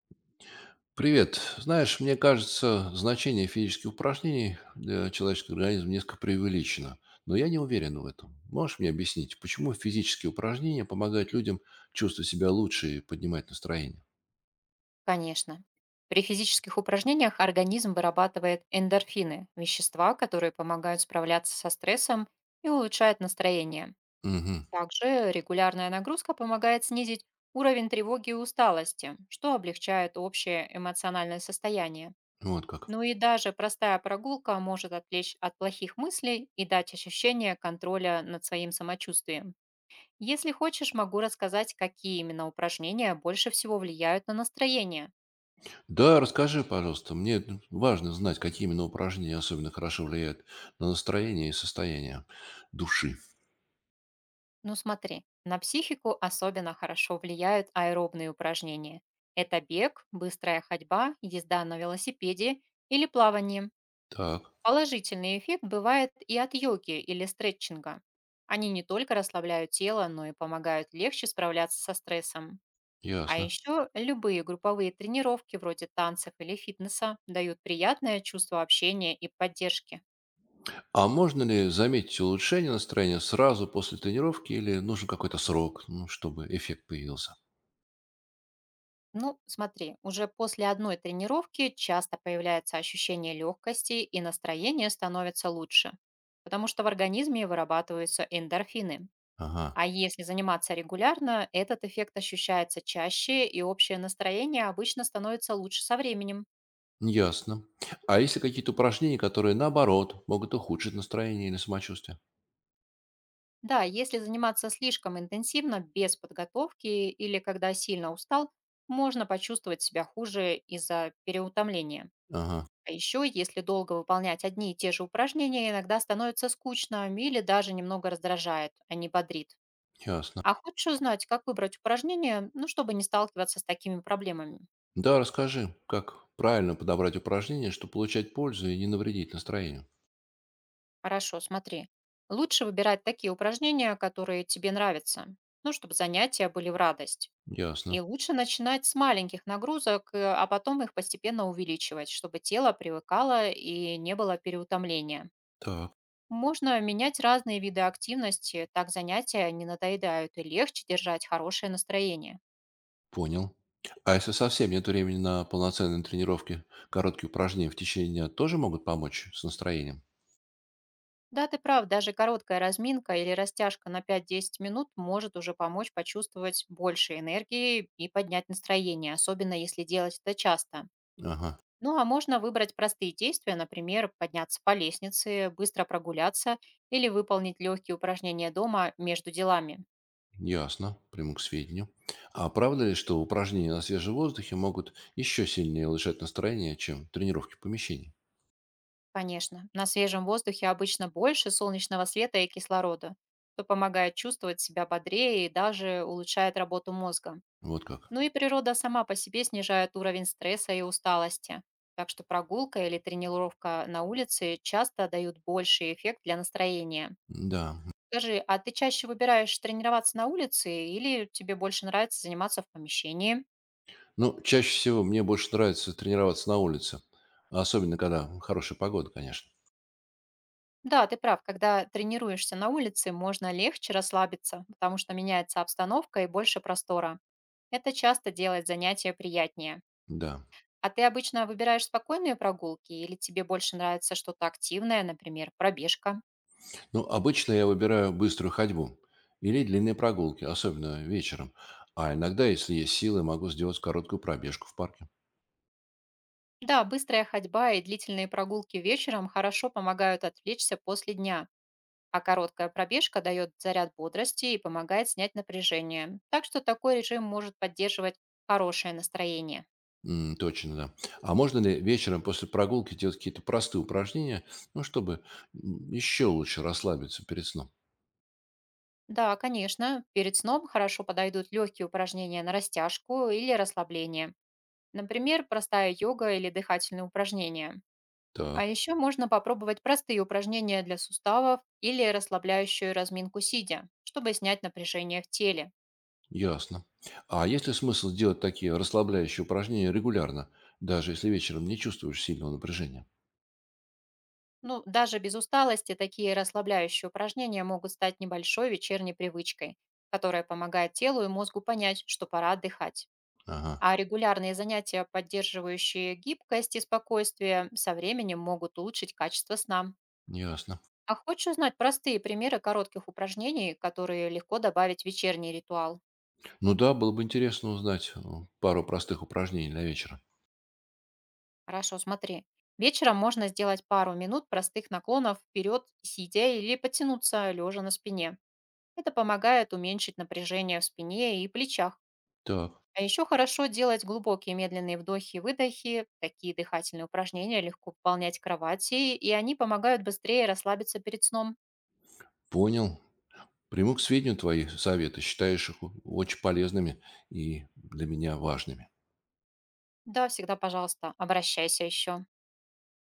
Привет. Знаешь, мне кажется, значение физических упражнений для человеческого организма несколько преувеличено, но я не уверен в этом. Можешь мне объяснить, почему физические упражнения помогают людям чувствовать себя лучше и поднимать настроение? Конечно. При физических упражнениях организм вырабатывает эндорфины– вещества, которые помогают справляться со стрессом и улучшают настроение. Угу. Также регулярная нагрузка помогает снизить уровень тревоги и усталости, что облегчает общее эмоциональное состояние. Вот как. Ну и даже простая прогулка может отвлечь от плохих мыслей и дать ощущение контроля над своим самочувствием. Если хочешь, могу рассказать, какие именно упражнения больше всего влияют на настроение. Да, расскажи, пожалуйста. Мне, важно знать, какие именно упражнения особенно хорошо влияют на настроение и состояние души. Ну смотри, на психику особенно хорошо влияют аэробные упражнения. Это бег, быстрая ходьба, езда на велосипеде или плавание. Так, Положительный эффект бывает и от йоги или стретчинга. Они не только расслабляют тело, но и помогают легче справляться со стрессом. А ясно. еще любые групповые тренировки вроде танцев или фитнеса дают приятное чувство общения и поддержки. А можно ли заметить улучшение настроения сразу после тренировки или нужен какой-то срок, ну, чтобы эффект появился? Ну, смотри, уже после одной тренировки часто появляется ощущение легкости и настроение становится лучше, потому что в организме вырабатываются эндорфины. Ага, А если заниматься регулярно, этот эффект ощущается чаще, и общее настроение обычно становится лучше со временем. ясно. А есть ли какие-то упражнения, которые, наоборот, могут ухудшить настроение или самочувствие? Да, если заниматься слишком интенсивно, без подготовки или когда сильно устал, можно почувствовать себя хуже из-за переутомления. Ага, А еще, если долго выполнять одни и те же упражнения, иногда становится скучно или даже немного раздражает, а не бодрит. ясно. А хочешь узнать, как выбрать упражнения, ну, чтобы не сталкиваться с такими проблемами? Да, расскажи, как правильно подобрать упражнения, чтобы получать пользу и не навредить настроению. Хорошо, смотри. Лучше выбирать такие упражнения, которые тебе нравятся, ну, чтобы занятия были в радость. Ясно. И лучше начинать с маленьких нагрузок, а потом их постепенно увеличивать, чтобы тело привыкало и не было переутомления. Так, Можно менять разные виды активности, так занятия не надоедают и легче держать хорошее настроение. понял. А если совсем нет времени на полноценные тренировки, короткие упражнения в течение дня тоже могут помочь с настроением? Да, ты прав, даже короткая разминка или растяжка на 5–10 минут может уже помочь почувствовать больше энергии и поднять настроение, особенно если делать это часто. Ага. Ну а можно выбрать простые действия, например, подняться по лестнице, быстро прогуляться или выполнить легкие упражнения дома между делами. Ясно, приму к сведению. А правда ли, что упражнения на свежем воздухе могут еще сильнее улучшать настроение, чем тренировки в помещении? Конечно, на свежем воздухе обычно больше солнечного света и кислорода, что помогает чувствовать себя бодрее и даже улучшает работу мозга. Вот как. Ну и природа сама по себе снижает уровень стресса и усталости. Так что прогулка или тренировка на улице часто дают больший эффект для настроения. Да. Скажи, а ты чаще выбираешь тренироваться на улице или тебе больше нравится заниматься в помещении? Ну, чаще всего мне больше нравится тренироваться на улице. Особенно, когда хорошая погода, конечно. Да, ты прав. Когда тренируешься на улице, можно легче расслабиться, потому что меняется обстановка и больше простора. Это часто делает занятия приятнее. Да. А ты обычно выбираешь спокойные прогулки или тебе больше нравится что-то активное, например, пробежка? Ну, обычно я выбираю быструю ходьбу или длинные прогулки, особенно вечером. А иногда, если есть силы, могу сделать короткую пробежку в парке. Да, быстрая ходьба и длительные прогулки вечером хорошо помогают отвлечься после дня, а короткая пробежка дает заряд бодрости и помогает снять напряжение. Так что такой режим может поддерживать хорошее настроение. М, точно, да. А можно ли вечером после прогулки делать какие-то простые упражнения, ну, чтобы еще лучше расслабиться перед сном? Да, конечно, перед сном хорошо подойдут легкие упражнения на растяжку или расслабление. Например, простая йога или дыхательные упражнения. А Так, еще можно попробовать простые упражнения для суставов или расслабляющую разминку сидя, чтобы снять напряжение в теле. ясно. А есть ли смысл делать такие расслабляющие упражнения регулярно, даже если вечером не чувствуешь сильного напряжения? Ну, даже без усталости такие расслабляющие упражнения могут стать небольшой вечерней привычкой, которая помогает телу и мозгу понять, что пора отдыхать. Ага, А регулярные занятия, поддерживающие гибкость и спокойствие, со временем могут улучшить качество сна. ясно. А хочешь узнать простые примеры коротких упражнений, которые легко добавить в вечерний ритуал? Ну да, было бы интересно узнать, пару простых упражнений для вечера. Хорошо, смотри. Вечером можно сделать пару минут простых наклонов вперед, сидя или потянуться лежа на спине. Это помогает уменьшить напряжение в спине и плечах. Так, А еще хорошо делать глубокие медленные вдохи и выдохи. Такие дыхательные упражнения легко выполнять в кровати, и они помогают быстрее расслабиться перед сном. понял. Приму к сведению твои советы, считаешь их очень полезными и для меня важными. Да, всегда, пожалуйста, обращайся еще.